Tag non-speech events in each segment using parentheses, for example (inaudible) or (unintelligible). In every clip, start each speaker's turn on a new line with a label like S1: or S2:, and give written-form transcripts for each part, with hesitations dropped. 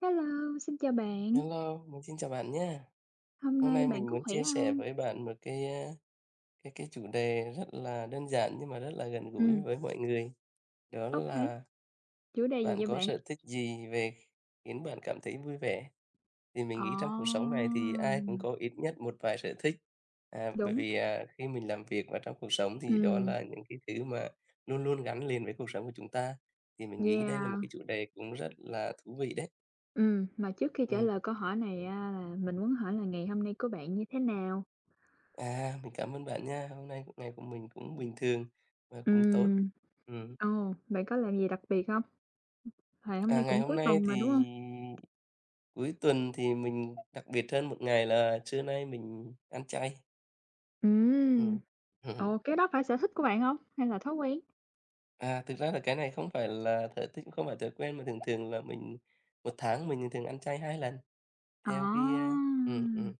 S1: Hello, xin chào bạn.
S2: Hello, mình xin chào bạn nhé.
S1: Hôm
S2: Hôm
S1: nay
S2: nay
S1: bạn
S2: mình
S1: có
S2: muốn
S1: khỏe
S2: chia sẻ
S1: không?
S2: với bạn một cái, a, cái cái chủ đề rất là đơn giản nhưng mà rất là gần gũi
S1: Ừm,
S2: với mọi người, đó
S1: OK,
S2: là
S1: chủ đề gì
S2: bạn
S1: vậy
S2: có
S1: bạn?
S2: sở thích gì về khiến bạn cảm thấy vui vẻ? Thì mình
S1: Ờ,
S2: nghĩ trong cuộc sống này thì ai cũng có ít nhất một vài sở thích, bởi
S1: đúng,
S2: vì, khi mình làm việc và trong cuộc sống thì đó
S1: ừm,
S2: là những cái thứ mà luôn luôn gắn liền với cuộc sống của chúng ta, thì mình nghĩ đây là một
S1: yeah,
S2: cái chủ đề cũng rất là thú vị đấy.
S1: mà trước khi trả
S2: Ừm.
S1: lời câu hỏi này á là mình muốn hỏi là ngày hôm nay của bạn như thế nào?
S2: À, mình cảm ơn bạn nha. Hôm nay ngày của mình cũng bình thường và cũng tốt.
S1: Ừm,
S2: Ừm.
S1: ồ, bạn có làm gì đặc biệt không? Tại hôm
S2: À,
S1: nay
S2: ngày
S1: cũng
S2: hôm
S1: cuối
S2: nay
S1: tuần
S2: thì
S1: mà, đúng không?
S2: cuối tuần thì mình đặc biệt hơn một ngày là trưa nay mình ăn chay.
S1: Ừm,
S2: Ừm. (laughs)
S1: ồ, cái đó phải sở thích của bạn không, hay là thói quen?
S2: À, thực ra là cái này không phải là thói thích không phải thói quen mà thường thường là mình một tháng mình thường ăn chay 2 lần, theo cái, a
S1: À,
S2: ừm, ừm,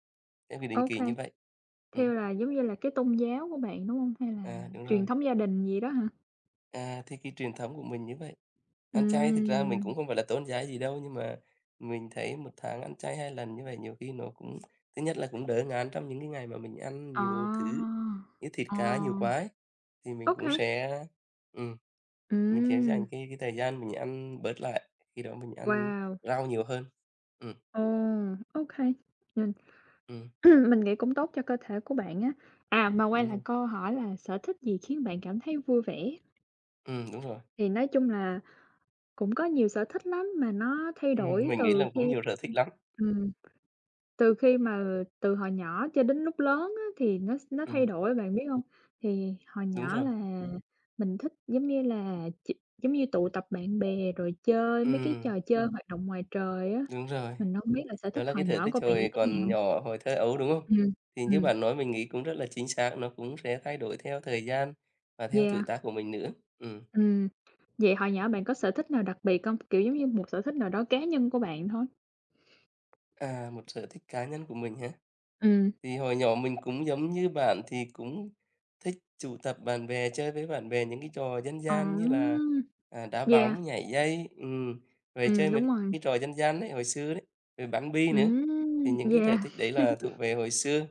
S2: theo cái định kỳ như
S1: OK,
S2: vậy. Ừm,
S1: theo là giống như là cái tôn giáo của bạn, đúng không? Hay là
S2: Đúng
S1: truyền
S2: rồi.
S1: thống gia đình gì đó hả?
S2: À, thế cái truyền thống của mình như vậy. Ăn chay thực ra mình
S1: Ừm,
S2: cũng không phải là tôn giáo gì đâu, nhưng mà mình thấy một tháng ăn chay 2 lần như vậy nhiều khi nó cũng thứ nhất là cũng đỡ ngán trong những cái ngày mà mình ăn nhiều thứ
S1: à,
S2: như thịt
S1: ờ,
S2: cá nhiều quá ấy, thì mình cũng
S1: ok,
S2: ừm, sẽ
S1: ừm,
S2: dành cái thời gian mình ăn bớt lại, khi đó mình ăn
S1: wow,
S2: rau nhiều hơn. Ừm,
S1: ồ, ok, mình
S2: ừm,
S1: (clears throat) mình nghĩ cũng tốt cho cơ thể của bạn á. À, mà quay
S2: đúng
S1: lại
S2: rồi.
S1: câu hỏi là sở thích gì khiến bạn cảm thấy vui vẻ?
S2: Đúng rồi.
S1: Thì nói chung là cũng có nhiều sở thích lắm mà nó thay đổi
S2: Mình nghĩ
S1: từ
S2: là cũng
S1: khi
S2: nhiều sở thích lắm.
S1: ừm. Từ khi mà từ hồi nhỏ cho đến lúc lớn á, thì nó thay
S2: Ừm,
S1: đổi bạn biết hông? Thì hồi
S2: đúng
S1: nhỏ
S2: rồi.
S1: là mình thích, giống như là, giống như tụ tập bạn bè rồi chơi mấy cái
S2: Ừm,
S1: trò chơi, hoạt động ngoài trời á.
S2: đúng rồi.
S1: Mình hông biết là sở
S2: Đó
S1: thích
S2: là cái
S1: hồi
S2: thử
S1: nhỏ
S2: thách
S1: của bạn như
S2: hồi
S1: thế
S2: còn
S1: nào?
S2: nhỏ, hồi thơ ấu, đúng không?
S1: Ừm,
S2: Thì như
S1: ừm,
S2: bạn nói mình nghĩ cũng rất là chính xác, nó cũng sẽ thay đổi theo thời gian và theo tuổi
S1: yeah,
S2: tác của mình nữa. Ừm,
S1: ừm. Vậy hồi nhỏ bạn có sở thích nào đặc biệt hông? Kiểu, giống như một sở thích nào đó cá nhân của bạn thôi?
S2: Một sở thích cá nhân của mình ha.
S1: Ừm,
S2: Thì hồi nhỏ mình cũng giống như bạn thì cũng thích tụ tập bạn bè, chơi với bạn bè những cái trò dân
S1: ờ.
S2: gian như là, đá
S1: Yeah.
S2: bóng, nhảy dây, rồi chơi
S1: Đúng
S2: mấy
S1: rồi.
S2: cái trò dân gian đấy hồi xưa đấy, rồi bắn bi nữa. Thì những cái sở
S1: Yeah,
S2: thích đấy là thuộc về hồi xưa,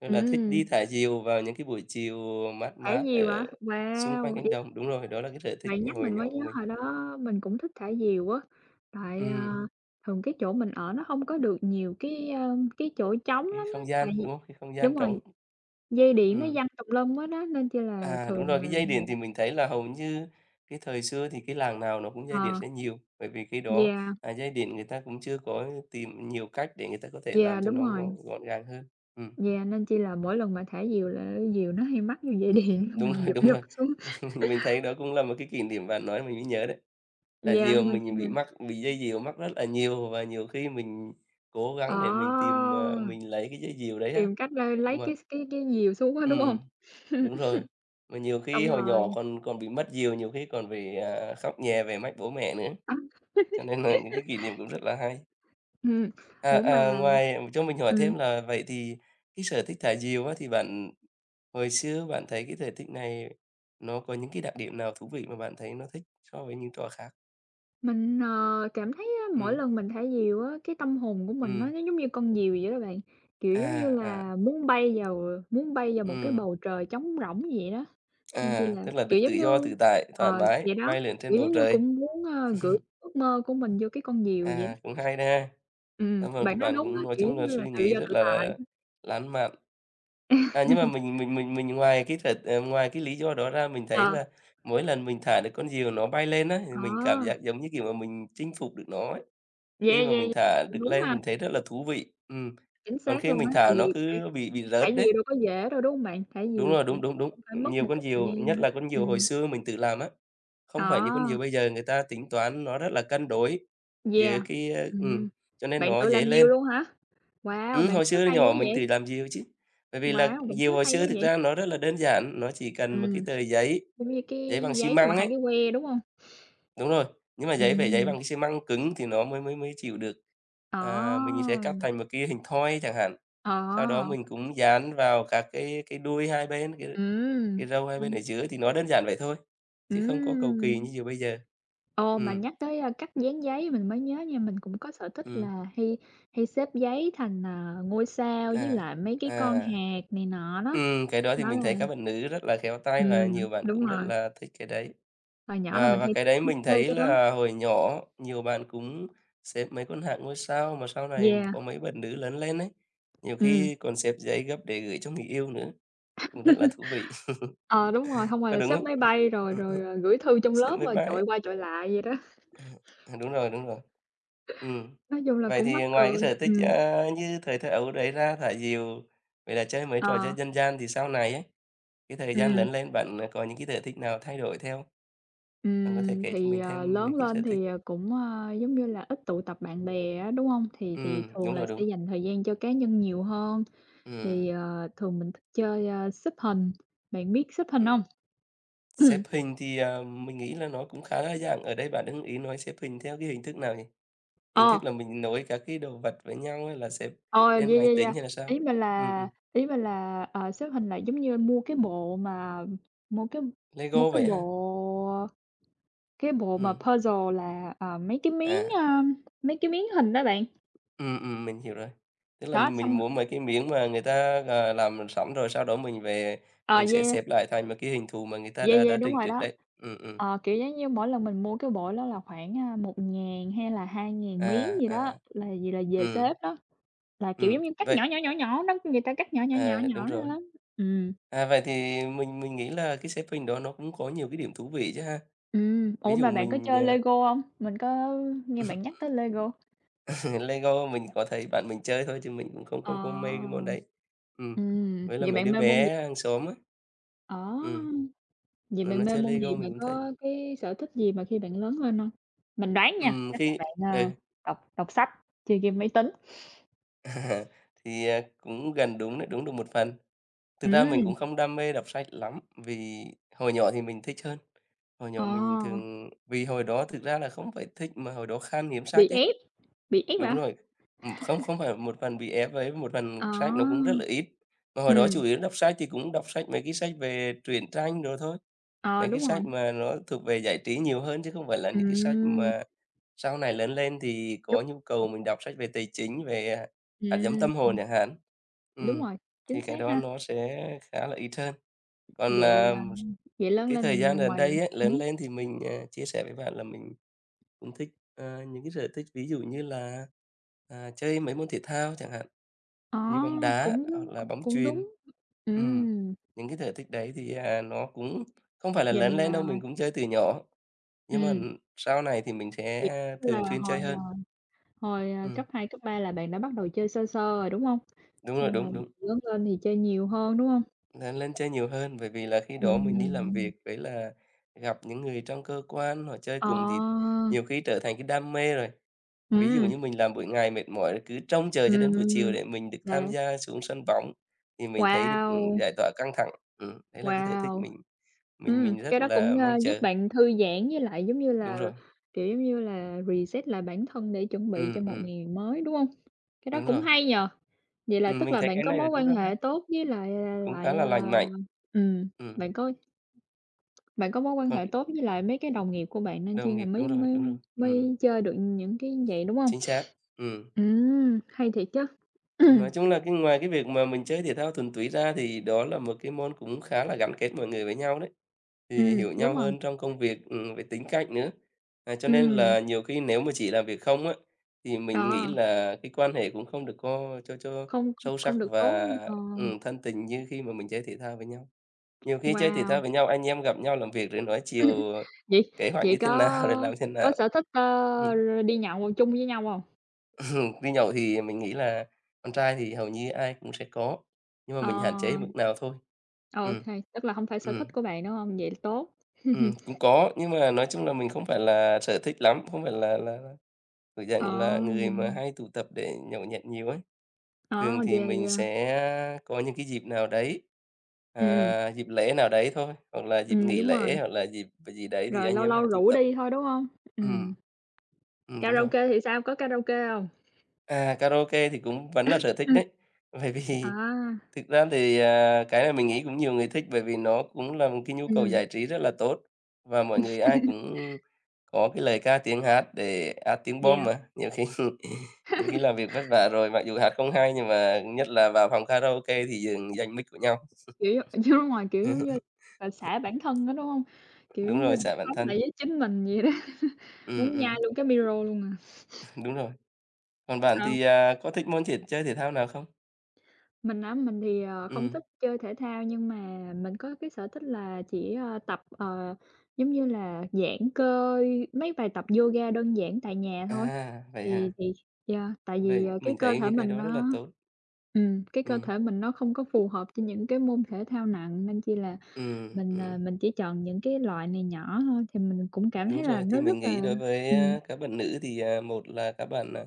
S2: rồi là thích
S1: ừm.
S2: đi thả diều vào những cái buổi chiều mát
S1: Thả
S2: mát
S1: diều hả?
S2: ở xung quanh
S1: Wow!
S2: cánh đồng. Đúng rồi, đó là cái sở thích
S1: Bạn nhắc
S2: hồi
S1: mình mới
S2: nhỏ của
S1: nhớ
S2: mình.
S1: hồi đó mình cũng thích thả diều á, tại,
S2: Ừm,
S1: thường cái chỗ mình ở nó không có được nhiều cái, cái chỗ trống
S2: cái
S1: lắm á,
S2: không
S1: tại
S2: gian, đúng
S1: vì
S2: không? Cái không
S1: đúng
S2: gian
S1: rồi,
S2: trống.
S1: dây điện nó
S2: Ừm.
S1: giăng tùm lum hết á, nên chỉ là
S2: À, đúng
S1: thường
S2: rồi,
S1: là
S2: cái dây điện thì mình thấy là hầu như cái thời xưa thì cái làng nào nó cũng dây điện
S1: ờ,
S2: sẽ nhiều, bởi vì cái đó,
S1: yeah,
S2: à, dây điện người ta cũng chưa có tìm nhiều cách để người ta có thể
S1: yeah,
S2: làm cho
S1: đúng
S2: nó
S1: rồi,
S2: gọn gọn gàng hơn. Ừm,
S1: yeah, nên chỉ là mỗi lần mà thả diều là diều nó hay mắc vô dây điện
S2: (laughs)
S1: (laughs) xong
S2: đúng
S1: rồi
S2: rồi,
S1: giật
S2: đúng
S1: giật
S2: rồi.
S1: xuống.
S2: (laughs) Mình thấy đó cũng là một cái kỷ niệm bạn nói mình mới nhớ đấy. Là
S1: Yeah,
S2: diều
S1: nên
S2: mình
S1: chi là
S2: bị mắc bị dây diều mắc rất là nhiều và nhiều khi mình cố
S1: ờ,
S2: gắng để mình tìm, mình lấy cái dây diều đấy á,
S1: tìm cách lấy
S2: mà
S1: cái cái diều xuống á, đúng không?
S2: ừm. Đúng rồi. Mà nhiều khi
S1: Xong
S2: hồi nhỏ
S1: rồi
S2: còn còn bị mất diều, nhiều khi còn phải, khóc nhè về mách bố mẹ nữa,
S1: á,
S2: cho nên là những cái kỷ niệm cũng rất là hay.
S1: ừm,
S2: À,
S1: ủa mà
S2: à, ngoài cho mình hỏi
S1: ừm.
S2: thêm là vậy thì cái sở thích thả diều á, thì bạn hồi xưa bạn thấy cái sở thích này nó có những cái đặc điểm nào thú vị mà bạn thấy nó thích so với những trò khác?
S1: Mình, cảm thấy á, mỗi
S2: ừ
S1: lần mình thả diều á, cái tâm hồn của mình
S2: ừ
S1: nó giống như con diều vậy đó bạn, kiểu, giống như
S2: à, à,
S1: là muốn bay vào một cái
S2: ừ
S1: bầu trời trống rỗng vậy đó, nên chi là,
S2: Tức là
S1: kiểu,
S2: được tự
S1: giống
S2: do
S1: như
S2: tự tại,
S1: ờ,
S2: thoải mái,
S1: vậy đó,
S2: bay lượn trên
S1: kiểu,
S2: bầu
S1: giống như
S2: trời.
S1: cũng muốn, gửi ước mơ của mình vô cái con diều vậy.
S2: À, cũng hay đó ha. Cảm ơn của
S1: Bạn nói
S2: bạn
S1: đúng á,
S2: cũng nói
S1: kiểu,
S2: chung
S1: giống
S2: là
S1: như
S2: suy
S1: là tự
S2: nghĩ
S1: do
S2: rất
S1: tự
S2: là
S1: tại.
S2: lãng mạn. À, nhưng mà mình ngoài cái lý do đó ra mình thấy
S1: Ờ,
S2: là mỗi lần mình thả được con diều nó bay lên á, thì
S1: ờ,
S2: mình cảm giác giống như, kiểu, mà mình chinh phục được nó ấy.
S1: yeah,
S2: Khi mà
S1: yeah,
S2: mình
S1: yeah,
S2: thả
S1: cũng
S2: được
S1: đúng
S2: lên
S1: ha,
S2: mình thấy rất là thú vị. Ừm.
S1: chính
S2: Còn
S1: xác
S2: khi
S1: luôn
S2: mình
S1: á, tại
S2: thả nó
S1: vì thả
S2: cứ bị
S1: thả
S2: rớt đấy.
S1: diều đâu có dễ đâu, đúng hông bạn? Thả
S2: Đúng
S1: diều
S2: rồi,
S1: cũng
S2: đúng, đúng, đúng.
S1: cũng phải mất
S2: Nhiều
S1: một
S2: con
S1: cái thời
S2: diều, nhất
S1: gian.
S2: là con diều hồi
S1: Ừm,
S2: xưa mình tự làm á, không phải như con
S1: ờ.
S2: diều bây giờ người ta tính toán nó rất là cân đối giữa
S1: Yeah,
S2: cái, ơ
S1: ừm,
S2: cho nên
S1: bạn
S2: nó
S1: tự
S2: dễ
S1: làm nhiều
S2: lên.
S1: luôn hả? Wow, bạn
S2: Hồi
S1: khéo
S2: xưa
S1: tay dữ
S2: nhỏ mình tự
S1: vậy?
S2: làm diều chứ. Bởi vì là
S1: Wow, bạn
S2: diều
S1: khéo
S2: hồi
S1: tay
S2: xưa
S1: quá
S2: thực
S1: vậy?
S2: ra nó rất là đơn giản, nó chỉ cần một cái
S1: Ừm,
S2: tờ giấy,
S1: giống như
S2: giấy
S1: cái
S2: bằng xi
S1: giấy xong rồi
S2: măng
S1: hai
S2: ấy.
S1: cái que, đúng hông?
S2: Đúng rồi, nhưng mà giấy phải giấy bằng
S1: Ừm,
S2: cái xi măng cứng thì nó mới mới mới chịu được.
S1: ờ,
S2: À, mình sẽ cắt thành một cái hình thoi chẳng hạn, sau đó
S1: ờ,
S2: mình cũng dán vào các cái đuôi hai bên, cái
S1: ừm,
S2: cái râu hai bên
S1: xong
S2: ở giữa thì nó đơn giản vậy thôi, chứ không có cầu kỳ như
S1: ừm.
S2: diều bây giờ.
S1: Ồ,
S2: ừ
S1: mà nhắc tới, cách dán giấy mình mới nhớ nha, mình cũng có sở thích
S2: ừ
S1: là hay hay xếp giấy thành, à, ngôi sao với
S2: à,
S1: lại mấy cái con
S2: à,
S1: hạt này nọ đó,
S2: cái đó thì
S1: nó
S2: mình
S1: là
S2: thấy các bạn nữ rất là khéo tay và nhiều bạn
S1: đúng
S2: cũng rất
S1: rồi,
S2: là thích cái đấy.
S1: hồi nhỏ là
S2: Và
S1: mình
S2: và
S1: hay
S2: cái
S1: thích
S2: đấy
S1: thích
S2: mình
S1: chơi
S2: thấy
S1: cái đó.
S2: là hồi nhỏ nhiều bạn cũng xếp mấy con hạng ngôi sao, mà sau này
S1: Yeah,
S2: có mấy bạn nữ lớn lên ấy, nhiều
S1: ừm.
S2: khi còn xếp giấy gấp để gửi cho người yêu nữa, cũng rất là thú vị,
S1: Ờ, đúng rồi,
S2: (laughs)
S1: hông
S2: có
S1: rồi
S2: đúng
S1: xếp
S2: không?
S1: máy bay rồi rồi,
S2: (laughs)
S1: ờ, gửi thư trong
S2: Xếp
S1: lớp
S2: mấy
S1: rồi chọi
S2: bãi,
S1: qua chọi lại vậy đó. (laughs)
S2: à, đúng rồi, đúng rồi. ừ
S1: Nói chung là
S2: Vậy
S1: cũng mắc
S2: thì ngoài cái
S1: cười.
S2: sở thích, a, như thời thơ ấu đấy ra, thả diều, vậy là chơi mấy trò chơi
S1: Ờ,
S2: dân gian thì sau này ấy, cái thời gian
S1: ừm,
S2: lớn lên bạn, có những cái sở thích nào thay đổi theo? Bạn có thể kể cho
S1: thì,
S2: mình
S1: ờ,
S2: thêm
S1: lớn
S2: mấy cái sở
S1: lên
S2: thích
S1: thì, ờ, cũng, ơ, giống như là, ít tụ tập bạn bè á, đúng hông? Thì
S2: ừm,
S1: thường
S2: Đúng
S1: là
S2: rồi,
S1: sẽ
S2: đúng.
S1: dành thời gian cho cá nhân nhiều hơn, thì,
S2: Ừm,
S1: ờ, thường mình thích chơi, a, xếp hình. Bạn biết xếp hình
S2: ừm.
S1: hông?
S2: Xếp
S1: (clears throat)
S2: hình thì, mình nghĩ là nó cũng khá đa dạng, ở đây bạn đang ý nói xếp hình theo cái hình thức nào nhỉ? Hình
S1: Ờ.
S2: thức là mình nối các cái đồ vật với nhau hay là xếp
S1: Ờ, yeah,
S2: trên máy
S1: yeah,
S2: tính
S1: yeah.
S2: hay là sao? Ừm, ừm,
S1: Ý mình là, ờ, xếp hình lại giống như mua cái bộ mà mua cái mua
S2: Lego vậy ha.
S1: cái bộ mà
S2: Ừm,
S1: puzzle là, ờ, mấy cái miếng,
S2: à,
S1: mấy cái miếng hình đó bạn.
S2: mình hiểu rồi. Tức là
S1: Đó, xong
S2: mình muốn mấy cái miếng mà người ta, làm sẵn rồi sau đó mình về
S1: ờ,
S2: mình sẽ
S1: yeah,
S2: xếp lại thành một cái hình thù mà người ta
S1: yeah,
S2: đã
S1: yeah,
S2: đã
S1: đúng
S2: trình
S1: rồi
S2: trước
S1: đó.
S2: đấy.
S1: Ờ, kiểu, giống như mỗi lần mình mua cái bộ đó là khoảng, 1.000 hay là 2.000 miếng
S2: À,
S1: gì đó,
S2: à.
S1: là gì là về
S2: Ừm,
S1: xếp đó. Là, kiểu, giống như cắt nhỏ,
S2: vậy
S1: nhỏ, nhỏ, nhỏ đó, người ta cắt nhỏ, nhỏ, nhỏ,
S2: à, đúng
S1: nhỏ ra
S2: rồi.
S1: lắm. Ừm.
S2: À, vậy thì mình nghĩ là cái xếp hình đó nó cũng có nhiều cái điểm thú vị chứ ha? Ví
S1: Ủa,
S2: dụ
S1: mà bạn có
S2: mình,
S1: chơi
S2: ờ,
S1: Lego hông? Mình có nghe bạn nhắc tới Lego.
S2: (laughs) Lego mình có thấy bạn mình chơi thôi chứ mình cũng không không có mê cái
S1: Ờ.
S2: món đấy. Ừm, với là
S1: Vậy
S2: mấy
S1: bạn
S2: đứa
S1: mê môn gì?
S2: bé hàng xóm á.
S1: Ờ,
S2: Ừm,
S1: vậy
S2: nó
S1: bạn
S2: nó
S1: mê
S2: chơi
S1: môn gì?
S2: Lego mình
S1: Bạn
S2: cũng thấy.
S1: có cái sở thích gì mà khi bạn lớn lên hông? Mình đoán nha,
S2: Ừm,
S1: chắc là
S2: khi
S1: bạn,
S2: ừ,
S1: ờ, đọc đọc sách, chơi game máy tính.
S2: (laughs) thì, cũng gần đúng đấy, đúng được một phần. Thực ra mình
S1: Ừm.
S2: cũng không đam mê đọc sách lắm, vì hồi nhỏ thì mình thích hơn. Hồi
S1: Ờ,
S2: nhỏ mình thường vì hồi đó thực ra là không phải thích mà hồi đó khan hiếm
S1: bị
S2: sách ấy.
S1: ép, bị ép
S2: Đúng
S1: hả?
S2: rồi. Không không phải một phần bị ép ấy, một phần
S1: Ờ.
S2: sách nó cũng rất là ít. Mà hồi đó
S1: Ừm.
S2: chủ yếu đọc sách thì cũng đọc sách mấy cái sách về truyện tranh rồi thôi,
S1: Ờ,
S2: mấy cái
S1: đúng rồi.
S2: sách mà nó thuộc về giải trí nhiều hơn chứ không phải là những cái sách
S1: Ừm,
S2: mà sau này lớn lên thì
S1: đúng,
S2: có nhu cầu mình đọc sách về tài chính, về, hạt giống tâm
S1: ừm,
S2: hồn chẳng hạn.
S1: đúng
S2: Ừm,
S1: rồi,
S2: thì
S1: chính
S2: cái
S1: xác
S2: đó
S1: ha.
S2: nó sẽ khá là ít hơn. Còn,
S1: Vậy,
S2: à,
S1: à, vậy lớn
S2: cái thời
S1: lên
S2: gian gần
S1: ngoài
S2: đây ấy, lớn
S1: hứm,
S2: lên thì mình, chia sẻ với bạn là mình cũng thích, những cái sở thích ví dụ như là, chơi mấy môn thể thao chẳng hạn,
S1: ờ,
S2: như bóng đá
S1: cũng đúng,
S2: hoặc là
S1: cũng
S2: bóng
S1: cũng
S2: chuyền.
S1: đúng.
S2: Ừm,
S1: Ừm,
S2: những cái sở thích đấy thì, nó cũng không phải là
S1: dành,
S2: lớn lên đâu,
S1: à
S2: mình cũng chơi từ nhỏ, nhưng mà
S1: Ừm.
S2: sau này thì mình
S1: kiểu
S2: sẽ
S1: như là,
S2: thường xuyên
S1: hồi,
S2: chơi
S1: à,
S2: hơn.
S1: hồi, à, cấp
S2: Ừm,
S1: 2 cấp 3 là bạn đã bắt đầu chơi sơ sơ rồi, đúng hông?
S2: đúng rồi,
S1: Xong
S2: đúng,
S1: rồi
S2: đúng,
S1: lớn lên thì chơi nhiều hơn, đúng hông?
S2: lớn lên chơi nhiều hơn, bởi vì là khi đó mình đi làm
S1: Ừm.
S2: việc với là gặp những người trong cơ quan họ chơi
S1: Ờ,
S2: cùng thì nhiều khi trở thành cái đam mê rồi. Ví dụ
S1: ừm,
S2: như mình làm buổi ngày mệt mỏi cứ trông chờ cho đến buổi chiều
S1: ừm,
S2: để mình được
S1: là
S2: tham gia xuống sân bóng thì mình thấy được,
S1: wow,
S2: giải tỏa căng thẳng. Đấy là cái sở thích
S1: wow!
S2: mình mình mình rất
S1: Cái đó cũng,
S2: là mong
S1: giúp
S2: chờ.
S1: bạn thư giãn với lại, giống như
S2: Đúng
S1: là,
S2: rồi.
S1: kiểu, giống như là, reset lại bản thân để chuẩn bị cho
S2: Ừm,
S1: một
S2: ừm,
S1: ngày mới, đúng hông? Cái đó
S2: đúng
S1: cũng
S2: rồi.
S1: hay nhỉ? Vậy là tức
S2: Mình
S1: là
S2: thấy
S1: bạn
S2: cái
S1: có
S2: này
S1: mối
S2: là cũng
S1: quan
S2: rất hay,
S1: hệ tốt với
S2: cũng khá
S1: lại,
S2: là
S1: ờ
S2: lành mạnh.
S1: ừm,
S2: Ừm,
S1: bạn có bạn có mối quan
S2: còn
S1: hệ
S2: cái
S1: tốt với lại mấy cái đồng nghiệp của bạn nên chi
S2: đồng
S1: là
S2: nghiệp đúng
S1: mới
S2: rồi,
S1: mới
S2: đúng rồi.
S1: mới chơi được những cái vậy, đúng hông?
S2: Chính xác. Ừm,
S1: Hay thiệt chứ.
S2: nói chung là cái ngoài cái việc mà mình chơi thể thao thuần túy ra thì đó là một cái môn cũng khá là gắn kết mọi người với nhau đấy. Thì hiểu
S1: Đúng
S2: nhau
S1: rồi,
S2: hơn trong công việc, về tính cách nữa. À, cho nên
S1: ừm,
S2: là nhiều khi nếu mà chỉ làm việc không á, thì mình nghĩ
S1: ờ,
S2: là cái quan hệ cũng không được có cho
S1: không
S2: sâu
S1: không
S2: sắc
S1: được tốt,
S2: và,
S1: ờ,
S2: thân tình như khi mà mình chơi thể thao với nhau. Nhiều khi chơi thể thao
S1: wow.
S2: với nhau, anh em gặp nhau làm việc rồi nói
S1: (laughs)
S2: chiều, ờ,
S1: Vậy
S2: kế hoạch
S1: vậy
S2: như thế nào, (laughs) rồi làm thế
S1: có
S2: nào.
S1: sở thích,
S2: Ừm,
S1: đi nhậu chung với nhau không?
S2: (clears throat) đi nhậu thì mình nghĩ là con trai thì hầu như ai cũng sẽ có, nhưng mà
S1: Ờ,
S2: mình hạn chế mức nào thôi.
S1: ô,
S2: Ừm.
S1: tức là không phải sở thích
S2: Ừm.
S1: của bạn, đúng không? Vậy là tốt.
S2: Cũng
S1: (laughs)
S2: có, nhưng mà nói chung là mình không phải là sở thích lắm, không phải là, kiểu
S1: Ờ,
S2: dạng là, người mà hay tụ tập để nhậu nhẹt nhiều ấy. Thường
S1: ờ,
S2: thì
S1: yeah,
S2: mình
S1: yeah,
S2: sẽ có những cái dịp nào đấy,
S1: ừm,
S2: à, dịp lễ nào đấy thôi, hoặc là dịp nghỉ
S1: đúng
S2: lễ,
S1: rồi,
S2: hoặc là dịp gì đấy thì
S1: rồi
S2: anh
S1: lâu
S2: em
S1: lâu
S2: hãy tụ
S1: rủ
S2: tập.
S1: đi thôi, đúng không?
S2: Ừm.
S1: Ừm,
S2: Đúng rồi.
S1: karaoke thì sao, có karaoke hông?
S2: À, karaoke thì cũng vẫn là sở thích đấy. Bởi vì (laughs)
S1: À,
S2: thực ra thì, à, cái này mình nghĩ cũng nhiều người thích bởi vì nó cũng là một cái nhu cầu
S1: ừm,
S2: giải trí rất là tốt, và mọi người ai cũng có cái lời ca tiếng hát để hát tiếng Bom
S1: yeah,
S2: mà. Nhiều khi (laughs) nhiều khi làm việc vất vả rồi, mặc dù hát không hay nhưng mà nhất là vào phòng karaoke thì dừng giành mic của nhau.
S1: kiểu (laughs) đúng ngoài kiểu, giống như
S2: (laughs)
S1: là xả bản thân đó đúng không? Kiểu, giống
S2: Đúng
S1: như
S2: rồi,
S1: được
S2: xả bản
S1: sống
S2: thân.
S1: lại với chính mình vậy đó, (laughs)
S2: Ừm,
S1: muốn nhai
S2: ừm,
S1: luôn cái micro luôn à.
S2: (laughs) đúng rồi. Còn bạn
S1: Ờ.
S2: thì, à, có thích môn thể chơi thể thao nào không?
S1: Mình á, mình thì, ờ, không thích
S2: Ừm.
S1: chơi thể thao nhưng mà mình có cái sở thích là chỉ, tập, ờ, giống như là giãn cơ, mấy bài tập yoga đơn giản tại nhà thôi.
S2: À, vậy
S1: Thì
S2: hả?
S1: thì yeah, tại vì,
S2: Vậy
S1: ờ, cái
S2: mình
S1: cơ
S2: thấy
S1: thể
S2: những cái
S1: mình
S2: đó rất là
S1: nó
S2: tốt.
S1: cái cơ
S2: Ừm.
S1: thể mình nó không có phù hợp cho những cái môn thể thao nặng nên chỉ là
S2: Ừ,
S1: mình,
S2: ừm,
S1: mình chỉ chọn những cái loại này nhỏ thôi thì mình cũng cảm
S2: đúng
S1: thấy là
S2: rồi. Thì
S1: nó rất
S2: mình nghĩ
S1: là
S2: đối với,
S1: ừm.
S2: a, các bạn nữ thì, à, một là các bạn, à,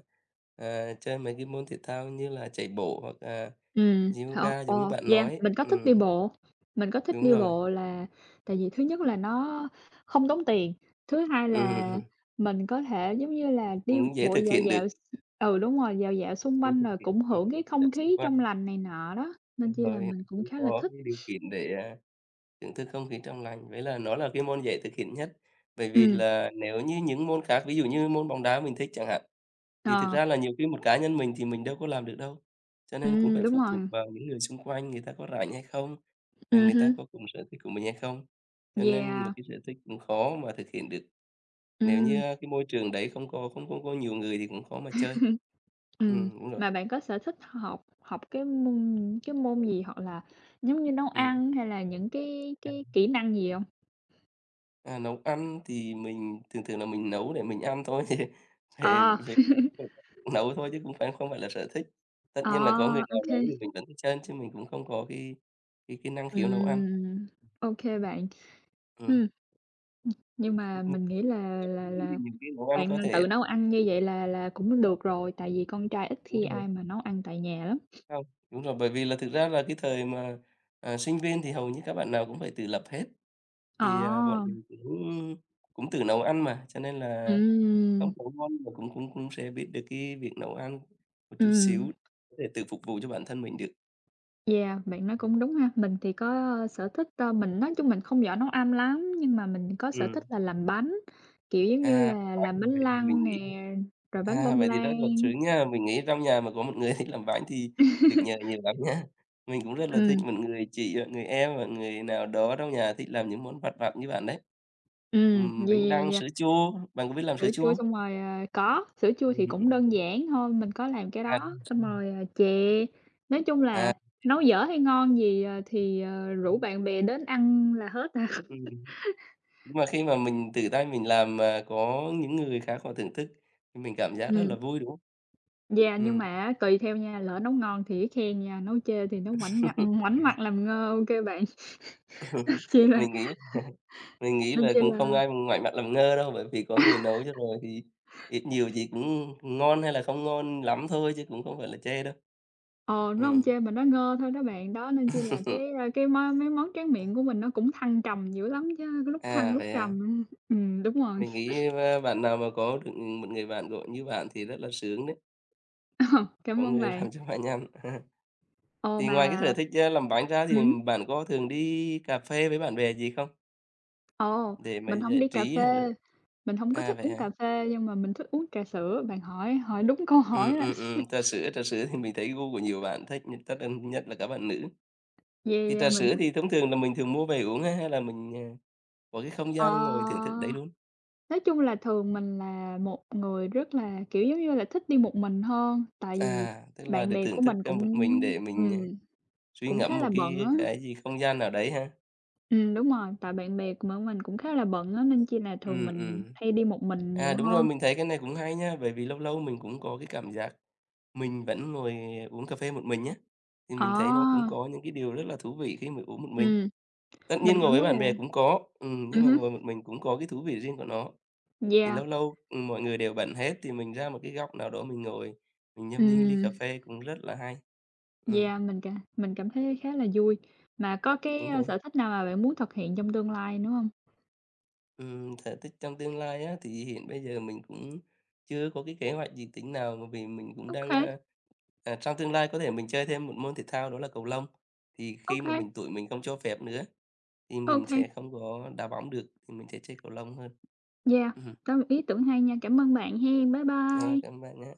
S2: à, chơi mấy cái môn thể thao như là chạy bộ hoặc, à,
S1: Hả?
S2: yoga giống như
S1: Ồ,
S2: bạn
S1: yeah,
S2: nói.
S1: mình có thích
S2: Đúng
S1: đi
S2: rồi.
S1: bộ là tại vì thứ nhất là nó không tốn tiền, thứ hai là
S2: Ừm, (laughs)
S1: mình có thể, giống như là, đi
S2: cũng dễ
S1: bộ
S2: thực
S1: dạo
S2: hiện
S1: dạo
S2: được,
S1: ừ, đúng rồi, dạo dạo xung
S2: dễ
S1: quanh
S2: thực
S1: rồi
S2: hiện,
S1: cũng hưởng cái
S2: dạo
S1: không
S2: xung
S1: khí
S2: quanh,
S1: trong lành này nọ đó, nên
S2: đúng
S1: chi là
S2: rồi,
S1: mình cũng
S2: cũng
S1: khá là
S2: có
S1: thích.
S2: cái điều kiện để, à, thưởng thức không khí trong lành. Với là nó là cái môn dễ thực hiện nhất, bởi vì
S1: Ừm,
S2: là nếu như những môn khác, ví dụ như môn bóng đá mình thích chẳng hạn. Thì thực
S1: ờ,
S2: ra là nhiều khi một cá nhân mình thì mình đâu có làm được đâu, cho nên cũng phải
S1: đúng
S2: phụ
S1: rồi,
S2: thuộc vào những người xung quanh người ta có rảnh hay không, rồi người ta
S1: hứm,
S2: có cùng sở thích của mình hay không. Cho nên một
S1: yeah,
S2: cái sở thích cũng khó mà thực hiện được, nếu như,
S1: ừm,
S2: cái môi trường đấy không có không không có nhiều người thì cũng khó mà chơi.
S1: ừm.
S2: Đúng rồi,
S1: Mà bạn có sở thích học học cái môn gì, hoặc là giống như nấu
S2: ừm.
S1: ăn hay là những cái kỹ năng gì hông?
S2: À, nấu ăn thì mình thường thường là mình nấu để mình ăn thôi, (laughs) về
S1: À. À,
S2: về
S1: (laughs)
S2: về nấu thôi chứ cũng phải không phải là sở thích. Tất nhiên là có người
S1: ok
S2: nào
S1: kê.
S2: nấu thì mình vẫn thích chơi chứ mình cũng không có cái năng khiếu nấu ăn.
S1: Ừm. Ô bạn.
S2: Ừm.
S1: Ừm, nhưng
S2: Ừm,
S1: mà
S2: ừm.
S1: mình nghĩ
S2: (unintelligible)
S1: là là
S2: Nghĩ thì
S1: là
S2: những cái nấu ăn
S1: bạn
S2: có thể
S1: tự nấu ăn như vậy là cũng được rồi, tại vì con trai ít
S2: đúng
S1: khi
S2: rồi,
S1: ai mà nấu ăn tại nhà lắm.
S2: không, đúng rồi, bởi vì là thực ra là cái thời mà, à, sinh viên thì hầu như các bạn nào cũng phải tự lập hết, thì, à, bọn
S1: Ờ.
S2: mình cũng cũng tự nấu ăn mà, cho nên là không
S1: Ừm.
S2: nấu ngon mà cũng cũng cũng sẽ biết được cái việc nấu ăn một chút
S1: Ừm,
S2: xíu, có thể tự phục vụ cho bản thân mình được.
S1: yeah, bạn nói cũng đúng ha. Mình thì có sở thích, mình nói chung mình không giỏi nấu ăn lắm, nhưng mà mình có sở thích
S2: Ừm,
S1: là làm bánh, kiểu, giống như
S2: à,
S1: là
S2: nói
S1: làm
S2: như
S1: bánh
S2: vậy thì mình
S1: lăng
S2: nghĩ
S1: nè, rồi bánh
S2: à,
S1: bông
S2: vậy thì rất là
S1: lan.
S2: sướng nha. Mình nghĩ trong nhà mà có một người (laughs) thích làm bánh thì được nhờ nhiều lắm nha. Mình cũng rất là thích
S1: Ừm,
S2: một người chị hoặc người em hoặc người nào đó trong nhà thích làm những món vặt vặt như bạn đấy.
S1: yeah,
S2: Bánh
S1: yeah,
S2: lăng,
S1: yeah.
S2: sữa chua, bạn có biết làm sữa
S1: Sữa
S2: chua
S1: chua
S2: không?
S1: xong rồi, ờ có, sữa
S2: (laughs)
S1: chua thì
S2: Ừm,
S1: cũng
S2: ừm,
S1: đơn giản thôi, mình có làm cái
S2: à,
S1: đó, xong rồi, ờ, chè. Nói chung là
S2: à,
S1: nấu dở hay ngon gì, ờ, thì, ờ, rủ bạn bè đến ăn là hết à. (laughs)
S2: ừm. Nhưng mà khi mà mình tự tay mình làm mà có những người khác họ thưởng thức thì mình cảm giác rất là
S1: Ừm,
S2: vui, đúng không?
S1: yeah, nhưng
S2: Ừm,
S1: mà á tùy theo nha, lỡ nấu ngon thì khen nha, nấu chê thì nó ngoảnh ngặt
S2: (laughs)
S1: ngoảnh mặt làm ngơ, ok kê bạn. (laughs) Chỉ là
S2: mình nghĩ Mình nghĩ
S1: nên
S2: là
S1: chỉ
S2: cũng không
S1: là
S2: ai ngoảnh mặt làm ngơ đâu, bởi vì có người nấu cho rồi thì ít nhiều gì cũng ngon hay là không ngon lắm thôi chứ cũng không phải là chê đâu.
S1: ờ, nó hông
S2: Ừm.
S1: chê mà nó ngơ thôi đó bạn, đó, nên chỉ là cái,
S2: (laughs)
S1: cái món mấy món tráng miệng của mình nó cũng thăng trầm dữ lắm chứ, có lúc thăng
S2: À,
S1: lúc
S2: vậy à?
S1: trầm. Đúng rồi.
S2: Mình nghĩ, a, bạn nào mà có được một người bạn gọi như bạn thì rất là sướng đấy,
S1: (laughs)
S2: có
S1: Cảm ơn
S2: người
S1: bạn.
S2: làm cho bạn ăn. (laughs)
S1: Ồ,
S2: Thì ngoài cái
S1: mà
S2: sở thích, a, làm bánh ra thì
S1: ừm,
S2: bạn có thường đi cà phê với bạn bè gì không?
S1: ồ,
S2: Để mà
S1: mình hổng
S2: giải
S1: đi cà
S2: trí hay là
S1: phê, mình hông có
S2: à,
S1: thích
S2: vậy
S1: uống
S2: hả?
S1: cà phê nhưng mà mình thích uống trà sữa, bạn hỏi hỏi đúng câu hỏi
S2: Ừm,
S1: đó.
S2: ừm, ừm,
S1: (laughs)
S2: trà sữa thì mình thấy gu của nhiều bạn thích, nhất tất nhiên nhất là các bạn nữ.
S1: Yeah,
S2: Thì
S1: yeah,
S2: trà
S1: mình
S2: sữa
S1: thích
S2: thì thông thường là mình thường mua về uống ha, hay là mình, à, có cái không
S1: ờ,
S2: gian ngồi thưởng thức đấy luôn?
S1: nói chung là thường mình là một người rất là, kiểu, giống như là, thích đi một mình hơn, tại vì
S2: À, tức là
S1: bạn
S2: được
S1: bè của
S2: thưởng thức,
S1: mình
S2: a,
S1: cũng
S2: một mình để mình,
S1: ừm,
S2: à, suy
S1: cũng khá
S2: ngẫm một
S1: là bận á.
S2: cái gì không gian nào đấy ha?
S1: Đúng rồi, tại bạn bè của mình cũng khá là bận á, nên chi là thường
S2: Ừm,
S1: mình
S2: ừm.
S1: hay đi một mình
S2: À,
S1: nhiều
S2: đúng rồi,
S1: hơn.
S2: mình thấy cái này cũng hay nha, bởi vì lâu lâu mình cũng có cái cảm giác mình vẫn ngồi uống cà phê một mình á, thì mình thấy nó cũng
S1: Ờ,
S2: có những cái điều rất là thú vị khi mà uống một mình.
S1: ừm,
S2: Tất
S1: mình
S2: nhiên ngồi
S1: cảm
S2: với
S1: thấy
S2: bạn
S1: là
S2: bè cũng có, nhưng mà
S1: hứm,
S2: ngồi một mình cũng có cái thú vị riêng của nó. Thì
S1: yeah.
S2: lâu lâu, ừ, mọi người đều bận hết thì mình ra một cái góc nào đó mình ngồi, mình nhâm nhi ly cà
S1: Ừm,
S2: phê cũng rất là hay. Ừm,
S1: yeah, mình mình cảm thấy khá là vui. Mà có cái,
S2: đúng rồi.
S1: sở thích nào mà bạn muốn thực hiện trong tương lai nữa hông?
S2: Sở thích trong tương lai á, thì hiện bây giờ mình cũng chưa có cái kế hoạch gì tính nào, bởi vì mình cũng
S1: OK,
S2: đang, a, à, trong tương lai có thể mình chơi thêm một môn thể thao đó là cầu lông. Thì khi mà
S1: OK,
S2: mình tuổi mình không cho phép nữa thì mình sẽ
S1: OK,
S2: không có đá bóng được, thì mình sẽ chơi cầu lông hơn.
S1: yeah,
S2: Ừm,
S1: đó là một ý tưởng hay nha. Cảm ơn bạn hen. Bye
S2: rồi,
S1: bye.
S2: cảm ơn bạn nhé